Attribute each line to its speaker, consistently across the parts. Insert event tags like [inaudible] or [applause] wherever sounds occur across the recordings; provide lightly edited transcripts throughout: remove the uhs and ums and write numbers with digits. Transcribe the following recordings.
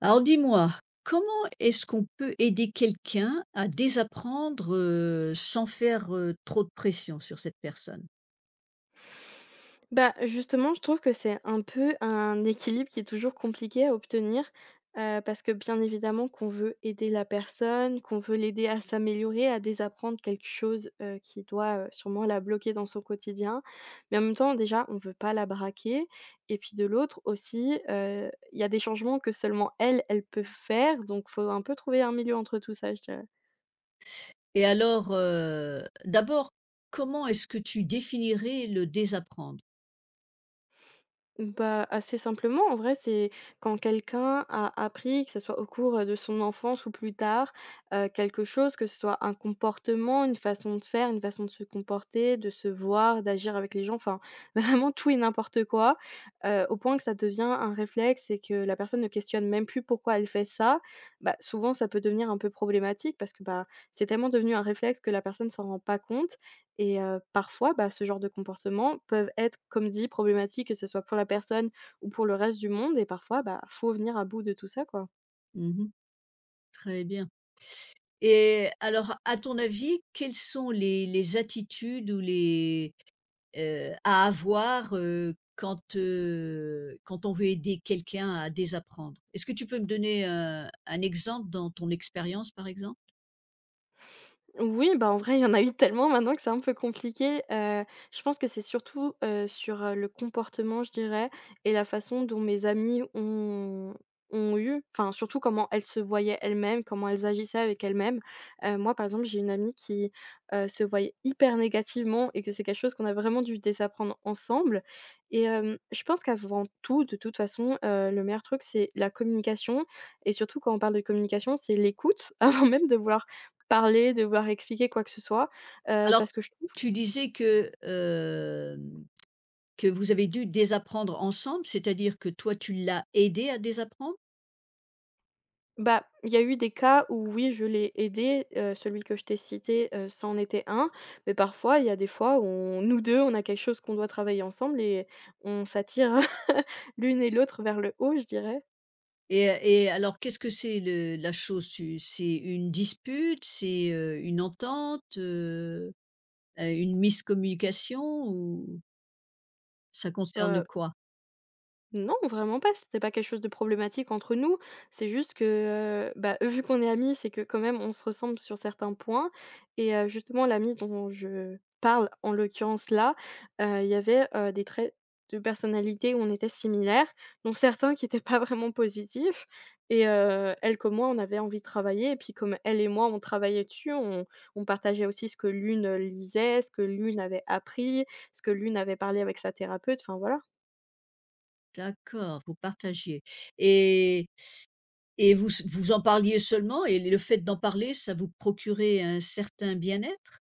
Speaker 1: Alors dis-moi, comment est-ce qu'on peut aider quelqu'un à désapprendre sans faire trop de pression sur cette personne?
Speaker 2: Bah, justement, je trouve que c'est un peu un équilibre qui est toujours compliqué à obtenir, parce que bien évidemment qu'on veut aider la personne, qu'on veut l'aider à s'améliorer, à désapprendre quelque chose, qui doit, sûrement la bloquer dans son quotidien. Mais en même temps, déjà, on veut pas la braquer et puis de l'autre aussi, il y a des changements que seulement elle, elle peut faire, donc faut un peu trouver un milieu entre tout ça, je dirais.
Speaker 1: Et alors, d'abord, comment est-ce que tu définirais le désapprendre?
Speaker 2: Bah, assez simplement, en vrai, c'est quand quelqu'un a appris, que ce soit au cours, de son enfance ou plus tard, quelque chose, que ce soit un comportement, une façon de faire, une façon de se comporter, de se voir, d'agir avec les gens, enfin [laughs] vraiment tout et n'importe quoi, au point que ça devient un réflexe et que la personne ne questionne même plus pourquoi elle fait ça. Bah, souvent ça peut devenir un peu problématique parce que, bah, c'est tellement devenu un réflexe que la personne s'en rend pas compte. Et parfois, bah, ce genre de comportements peuvent être, comme dit, problématiques, que ce soit pour la personne ou pour le reste du monde et parfois, bah, faut venir à bout de tout ça, quoi.
Speaker 1: Mhm, très bien. Et alors, à ton avis, quelles sont les attitudes ou les, à avoir, quand, quand on veut aider quelqu'un à désapprendre. Est-ce que tu peux me donner un exemple dans ton expérience, par exemple?
Speaker 2: Oui, bah, en vrai, il y en a eu tellement maintenant que c'est un peu compliqué. Je pense que c'est surtout, sur, le comportement, je dirais, et la façon dont mes amies ont eu enfin, surtout comment elles se voyaient elles-mêmes, comment elles agissaient avec elles-mêmes. Moi, par exemple, j'ai une amie qui, se voyait hyper négativement et que c'est quelque chose qu'on a vraiment dû désapprendre ensemble et je pense qu'avant tout, de toute façon, le meilleur truc, c'est la communication, et surtout quand on parle de communication, c'est l'écoute [laughs] avant même de vouloir parler, devoir expliquer quoi que ce soit,
Speaker 1: Alors,
Speaker 2: parce que je trouve.
Speaker 1: tu disais que, que vous avez dû désapprendre ensemble, c'est-à-dire que toi, tu l'as aidé à désapprendre?
Speaker 2: Bah, il y a eu des cas où oui, je l'ai aidé, celui que je t'ai cité, c'en était un, mais parfois, il y a des fois où on nous 2 on a quelque chose qu'on doit travailler ensemble et on s'attire [laughs] l'une et l'autre vers le haut, je dirais.
Speaker 1: Et alors qu'est-ce que c'est le la chose? Tu C'est une dispute? C'est, une entente? Une miscommunication? Ou ça concerne
Speaker 2: Bah.
Speaker 1: quoi?
Speaker 2: Non, vraiment pas, c'était pas quelque chose de problématique entre nous. C'est juste que, bah, [laughs] vu qu'on est amis, c'est que quand même on se ressemble sur certains points et justement l'ami dont je parle, en l'occurrence là, il y avait, des traits de personnalité où on était similaires, dont certains qui étaient pas vraiment positifs et elle comme moi, on avait envie de travailler, et puis comme elle et moi, on travaillait dessus, on partageait aussi ce que l'une lisait, ce que l'une avait appris, ce que l'une avait parlé avec sa thérapeute, enfin voilà.
Speaker 1: D'accord, vous partagiez et vous en parliez seulement et le fait d'en parler, ça vous procurait un certain bien-être?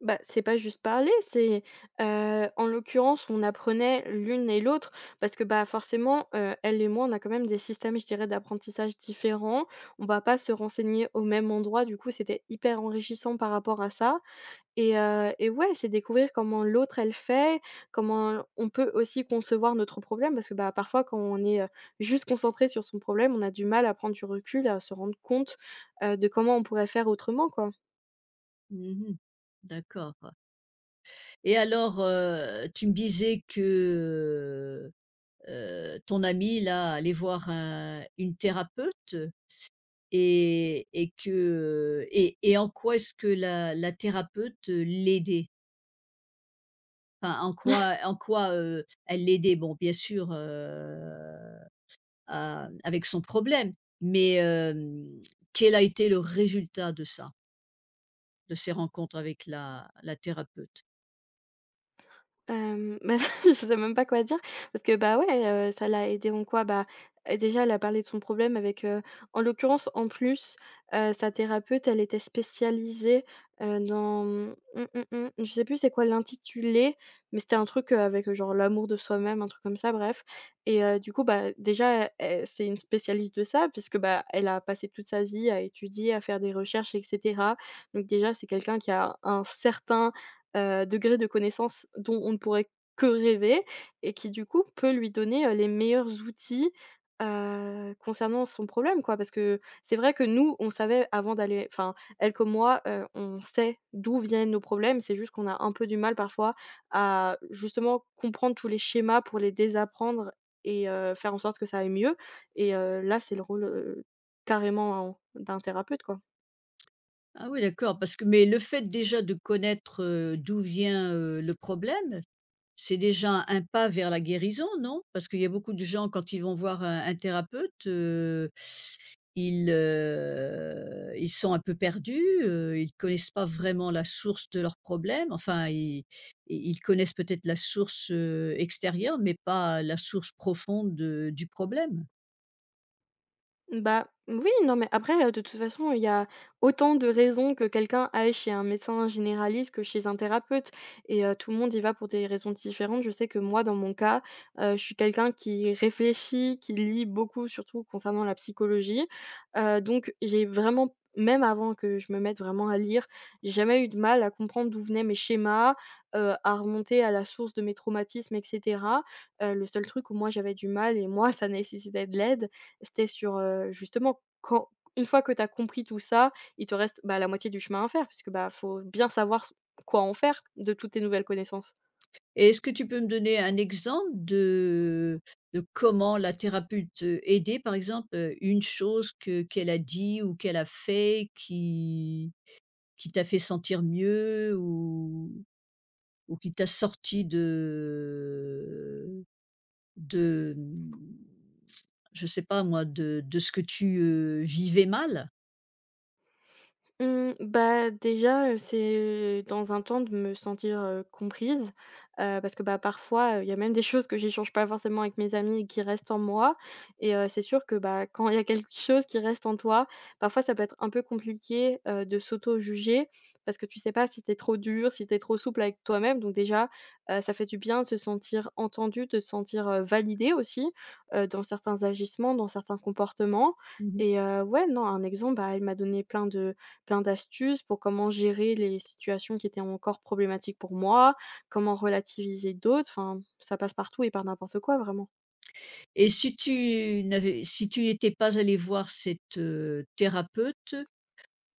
Speaker 2: Bah, c'est pas juste parler, c'est, en l'occurrence, on apprenait l'une et l'autre parce que, bah, forcément, elle et moi, on a quand même des systèmes, je dirais, d'apprentissage différents. On va pas se renseigner au même endroit, du coup, c'était hyper enrichissant par rapport à ça, et ouais, c'est découvrir comment l'autre, elle fait, comment on peut aussi concevoir notre problème parce que, bah, parfois, quand on est, juste concentré sur son problème, on a du mal à prendre du recul, à se rendre compte, de comment on pourrait faire autrement, quoi.
Speaker 1: Mmh. D'accord et alors, tu me disais que, heu, ton ami là allait voir un une thérapeute? Et que, et en quoi est-ce que la thérapeute, l'aidait? Enfin, en quoi elle l'aidait? Bon, bien sûr, à avec son problème, mais quel a été le résultat de ça, de ces rencontres avec la thérapeute?
Speaker 2: Hem, bah, [laughs] je sais même pas quoi dire parce que, bah, ouais, ça l'a aidée en quoi? Bah, déjà, elle a parlé de son problème avec, en l'occurrence, en plus, sa thérapeute, elle était spécialisée, dans, je sais plus c'est quoi l'intitulé, mais c'était un truc, avec, genre l'amour de soi-même, un truc comme ça, bref. Et du coup, bah, déjà, elle c'est une spécialiste de ça puisque, bah, elle a passé toute sa vie à étudier, à faire des recherches et cetera, donc déjà, c'est quelqu'un qui a un certain degré de connaissance dont on ne pourrait que rêver, et qui du coup peut lui donner, les meilleurs outils, concernant son problème, quoi. Parce que c'est vrai que nous, on savait avant d'aller, enfin elle comme moi, on sait d'où viennent nos problèmes, c'est juste qu'on a un peu du mal parfois à justement comprendre tous les schémas pour les désapprendre et faire en sorte que ça aille mieux, et là c'est le rôle, carrément hein, d'un thérapeute, quoi.
Speaker 1: Ah oui, d'accord, parce que mais le fait déjà de connaître, d'où vient, le problème. C'est déjà un pas vers la guérison, non? Parce qu'il y a beaucoup de gens quand ils vont voir un thérapeute, ils sont un peu perdus, ils ne connaissent pas vraiment la source de leurs problèmes. Enfin, ils connaissent peut-être la source, extérieure, mais pas la source profonde de du problème.
Speaker 2: Bah, oui, non, mais après, de toute façon, il y a autant de raisons que quelqu'un aille chez un médecin généraliste que chez un thérapeute, et tout le monde y va pour des raisons différentes. Je sais que moi, dans mon cas, je suis quelqu'un qui réfléchit, qui lit beaucoup, surtout concernant la psychologie, donc j'ai vraiment, même avant que je me mette vraiment à lire, j'ai jamais eu de mal à comprendre d'où venaient mes schémas, à remonter à la source de mes traumatismes et cetera. Le seul truc où moi j'avais du mal et moi [laughs] ça nécessitait de l'aide, c'était sur, justement, quand une fois que tu as compris tout ça, il te reste, bah, la moitié du chemin à faire puisque, bah, faut bien savoir s quoi en faire de toutes tes nouvelles connaissances.
Speaker 1: Et est-ce que tu peux me donner un exemple de comment la thérapeute, aidait par exemple, une chose que qu'elle a dit ou qu'elle a fait qui t'a fait sentir mieux ou qui t'a sorti de, mmh, je sais pas, moi, de ce que tu, vivais mal?
Speaker 2: Mmh, bah, déjà, c'est dans un temps de me sentir, comprise, parce que, bah, parfois, il y a même des choses que j'échange pas forcément avec mes amis et qui restent en moi, et c'est sûr que, bah, quand il y a quelque chose qui reste en toi, parfois ça peut être un peu compliqué, de s'auto-juger parce que tu sais pas si t'es trop dur, si t'es trop souple avec toi-même, donc déjà, ça fait du bien de se sentir entendue, de se sentir, validée aussi, dans certains agissements, dans certains comportements,
Speaker 1: Mmh.
Speaker 2: et ouais, non, un exemple, bah, elle m'a donné plein de plein d'astuces pour comment gérer les situations qui étaient encore problématiques pour moi, comment relativiser d'autres. Enfin, ça passe partout et par n'importe quoi, vraiment.
Speaker 1: Et si tu n'avais si tu n'étais pas allé voir cette, thérapeute,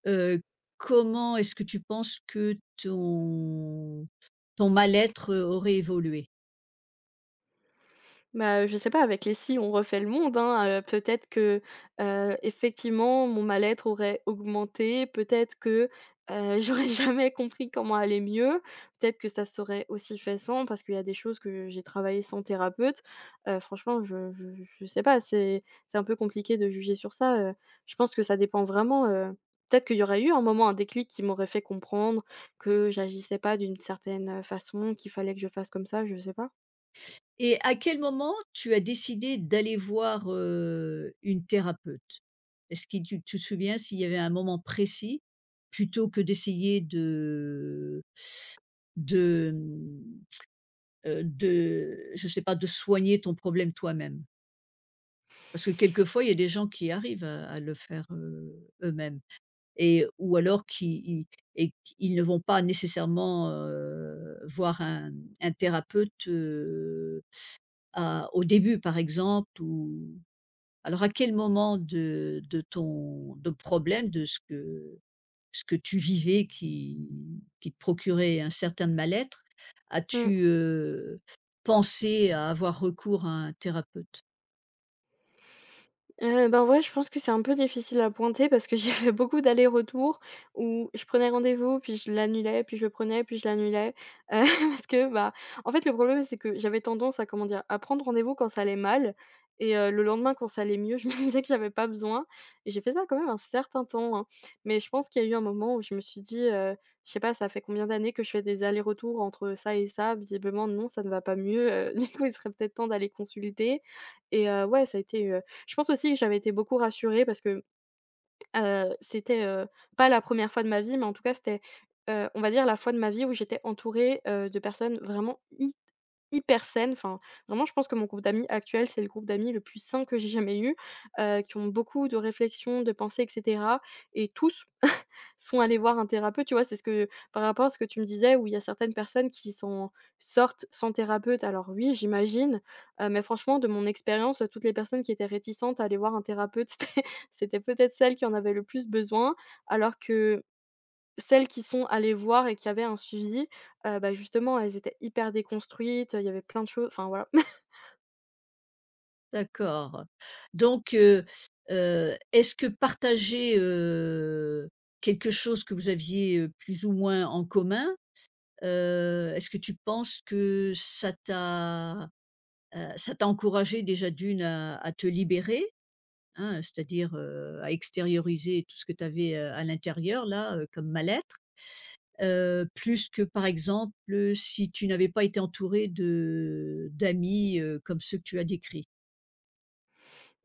Speaker 1: heu, comment est-ce que tu penses que ton mal-être, aurait évolué?
Speaker 2: Bah, je sais pas, avec les «si on refait le monde», hein, peut-être que, effectivement, mon mal-être aurait augmenté, peut-être que, [laughs] j'aurais jamais compris comment aller mieux, peut-être que ça serait aussi fait sans, parce qu'il y a des choses que j'ai travaillées sans thérapeute. Franchement, je sais pas, c'est un peu compliqué de juger sur ça. Je pense que ça dépend vraiment, peut-être qu'il y aurait eu un moment, un déclic qui m'aurait fait comprendre que j'agissais pas d'une certaine façon, qu'il fallait que je fasse comme ça, je sais pas.
Speaker 1: Et à quel moment tu as décidé d'aller voir, une thérapeute? Est-ce que tu te souviens s'il y avait un moment précis, plutôt que d'essayer de de, mmh, de je sais pas, de soigner ton problème toi-même? Parce que quelquefois, il y a des gens qui arrivent à le faire, eux-mêmes et ou alors qui ils et ils ne vont pas nécessairement, voir un thérapeute, à au début, par exemple ou alors à quel moment de ton de problème, de ce que tu vivais qui te procurait un certain mal-être,
Speaker 2: Mmh.
Speaker 1: as-tu, pensé à avoir recours à un thérapeute?
Speaker 2: Bah, ouais, je pense que c'est un peu difficile à pointer parce que [laughs] j'ai fait beaucoup d'allers-retours où je prenais rendez-vous, puis je l'annulais, puis je le prenais, puis je l'annulais. [laughs] Heu, parce que, bah, en fait, le problème, c'est que j'avais tendance à, comment dire? À prendre rendez-vous quand ça allait mal, et le lendemain, quand ça allait mieux, [laughs] je me disais que j'avais pas besoin, et j'ai fait ça quand même un certain temps, hein. Mais je pense qu'il y a eu un moment où je me suis dit, je sais pas, ça fait combien d'années que je fais des allers-retours entre ça et ça? Visiblement, non, ça ne va pas mieux, [laughs] du coup, il serait peut-être temps d'aller consulter, et ouais, ça a été, je pense aussi que j'avais été beaucoup rassurée parce que, c'était, pas la première fois de ma vie, mais en tout cas, c'était, on va dire la fois de ma vie où j'étais entourée, de personnes vraiment hy hyper saines. Enfin, vraiment, je pense que mon groupe d'amis actuel, c'est le groupe d'amis le plus sain que j'ai jamais eu, qui ont beaucoup de réflexions, de pensées et cetera, et tous sont allés voir un thérapeute, tu vois? C'est ce que, par rapport à ce que tu me disais où il y a certaines personnes qui sont sortent sans thérapeute. Alors oui, j'imagine, mais franchement, de mon expérience, toutes les personnes qui étaient réticentes à aller voir un thérapeute, [laughs] c'était peut-être celles qui en avaient le plus besoin, alors que celles qui sont allées voir et qui avaient un suivi, bah, justement, elles étaient hyper déconstruites, il y avait plein de choses, enfin voilà.
Speaker 1: D'accord. Donc est-ce que partager, quelque chose que vous aviez, plus ou moins en commun, est-ce que tu penses que ça t'a encouragé déjà d'une à te libérer? Hein, c'est-à-dire, à extérioriser tout ce que tu avais, à l'intérieur là, comme mal-être, plus que par exemple, si tu n'avais pas été entouré de d'amis, comme ceux que tu as décrits.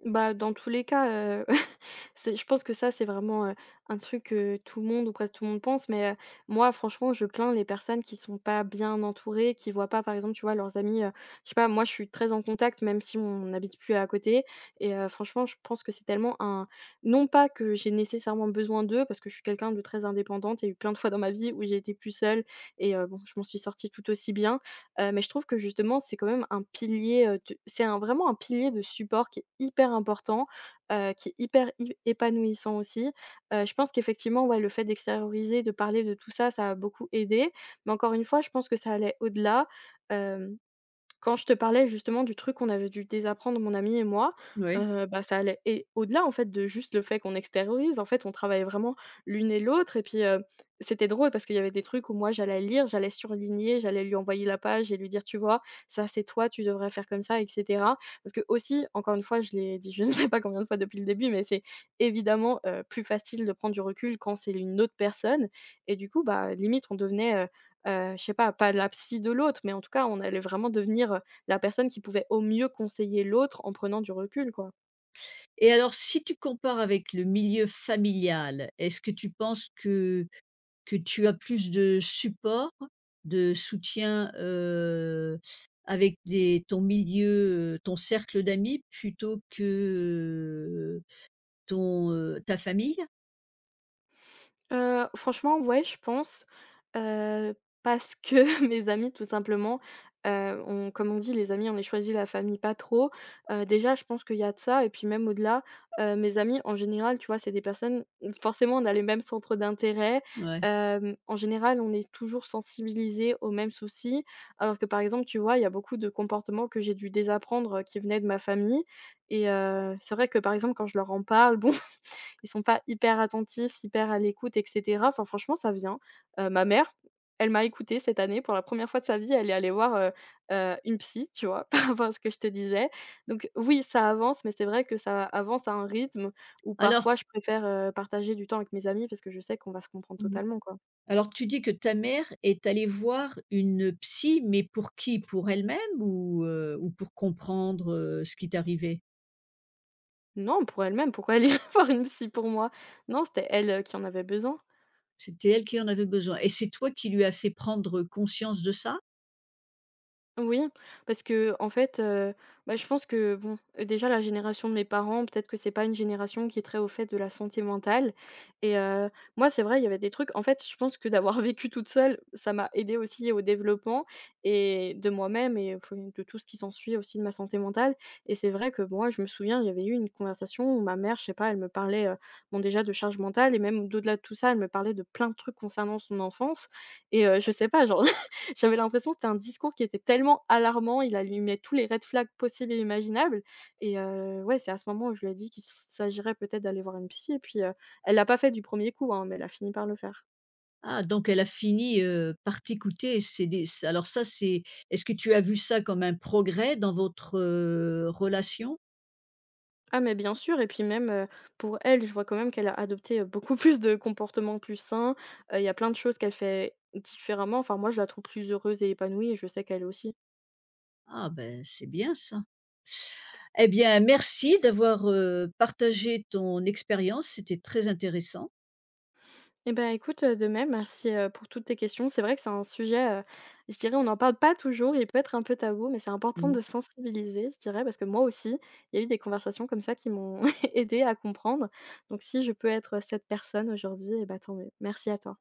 Speaker 2: Bah, dans tous les cas, [laughs] c'est je pense que c'est vraiment, un truc que tout le monde ou presque tout le monde pense, mais moi, franchement, je plains les personnes qui sont pas bien entourées, qui voient pas, par exemple, tu vois, leurs amis, je sais pas, moi, je suis très en contact même si on n'habite plus à côté et franchement, je pense que c'est tellement un non pas que j'ai nécessairement besoin d'eux parce que je suis quelqu'un de très indépendante. Il y a eu plein de fois dans ma vie où j'ai été plus seule et bon, je m'en suis sortie tout aussi bien. Mais je trouve que justement, c'est quand même un pilier, de c'est un vraiment un pilier de support qui est hyper important, qui est hyper i épanouissant aussi. Je pense qu'effectivement, ouais, le fait d'extérioriser, de parler de tout ça, ça a beaucoup aidé. Mais encore une fois, je pense que ça allait au-delà, hem quand je te parlais justement du truc qu'on avait dû désapprendre mon ami et moi,
Speaker 1: Oui.
Speaker 2: bah, ça allait et au-delà en fait de juste le fait qu'on extériorise. En fait, on travaillait vraiment l'une et l'autre et puis, c'était drôle parce qu'il y avait des trucs où moi j'allais lire, j'allais surligner, j'allais lui envoyer la page et lui dire: «Tu vois, ça c'est toi, tu devrais faire comme ça» et cetera. Parce que aussi encore une fois, je l'ai dit, je [laughs] ne sais pas combien de fois depuis le début, mais c'est évidemment, plus facile de prendre du recul quand c'est une autre personne et du coup, bah, limite on devenait, je sais pas, pas la psy de l'autre, mais en tout cas, on allait vraiment devenir, la personne qui pouvait au mieux conseiller l'autre en prenant du recul, quoi.
Speaker 1: Et alors si tu compares avec le milieu familial, est-ce que tu penses que tu as plus de support, de soutien, avec des ton milieu, ton cercle d'amis plutôt que, heu, ton, ta famille?
Speaker 2: Franchement, ouais, je pense, heu, parce que [laughs] mes amis, tout simplement, on comme on dit: «Les amis, on les choisit, la famille pas trop». Déjà, je pense qu'il y a de ça et puis même au-delà, mes amis, en général, tu vois, c'est des personnes où forcément, on a les mêmes centres d'intérêt.
Speaker 1: Ouais.
Speaker 2: En général, on est toujours sensibilisés aux mêmes soucis. Alors que, par exemple, tu vois, il y a beaucoup de comportements que j'ai dû désapprendre, qui venaient de ma famille et c'est vrai que, par exemple, quand je leur en parle, [laughs] bon ils sont pas hyper attentifs, hyper à l'écoute et cetera. Enfin franchement, ça vient. Ma mère, elle m'a écoutée cette année pour la première fois de sa vie, elle est allée voir, une psy, tu vois? [laughs] Par rapport à ce que je te disais. Donc oui, ça avance, mais c'est vrai que ça avance à un rythme où
Speaker 1: Alors
Speaker 2: parfois je préfère, partager du temps avec mes amis parce que je sais qu'on va se comprendre
Speaker 1: mmh
Speaker 2: totalement, quoi.
Speaker 1: alors tu dis que ta mère est allée voir une psy, mais pour qui? Pour elle-même ou pour comprendre, ce qui t'arrivait?
Speaker 2: Non, pour elle-même, pourquoi elle irait [laughs] voir une psy pour moi? Non, c'était elle, qui en avait besoin.
Speaker 1: C'était elle qui en avait besoin et c'est toi qui lui as fait prendre conscience de ça?
Speaker 2: Oui, parce que en fait, bah, je pense que bon, déjà la génération de mes parents, peut-être que c'est pas une génération qui est très au fait de la santé mentale et moi c'est vrai, il y avait des trucs en fait, je pense que d'avoir [laughs] vécu toute seule, ça m'a aidée aussi au développement et de moi-même et enfin de tout ce qui s'ensuit aussi de ma santé mentale. Et c'est vrai que moi, je me souviens, il y avait eu une conversation où ma mère, je sais pas, elle me parlait, bon déjà de charge mentale et même d'au-delà de tout ça, elle me parlait de plein de trucs concernant son enfance et je sais pas, genre j'avais l'impression que c'était un discours qui était tellement alarmant, il allumait tous les red flags possibles et imaginables et ouais, c'est à ce moment où je lui ai dit qu'il s'agirait peut-être d'aller voir une psy et puis, elle l'a pas fait du premier coup, hein, mais elle a fini par le faire.
Speaker 1: Ah donc elle a fini, par t'écouter c'est des c alors ça c'est est-ce que tu as vu ça comme un progrès dans votre, relation?
Speaker 2: Ah mais bien sûr et puis même, pour elle, je vois quand même qu'elle a adopté, beaucoup [laughs] plus de comportements plus sains. Il y a plein de choses qu'elle fait différemment. Enfin moi, je la trouve plus heureuse et épanouie et je sais qu'elle aussi.
Speaker 1: Ah ben, c'est bien ça. Eh bien merci d'avoir, partagé ton expérience, c'était très intéressant.
Speaker 2: Eh ben, écoute, de même, merci, pour toutes tes questions. C'est vrai que c'est un sujet, je dirais, on n'en parle pas toujours, il peut être un peu tabou, mais c'est important
Speaker 1: Mmh.
Speaker 2: de sensibiliser, je dirais, parce que moi aussi, il y a eu des conversations comme ça qui m'ont [laughs] aidée à comprendre. Donc si je peux être cette personne aujourd'hui, eh ben, tant mieux. Merci à toi.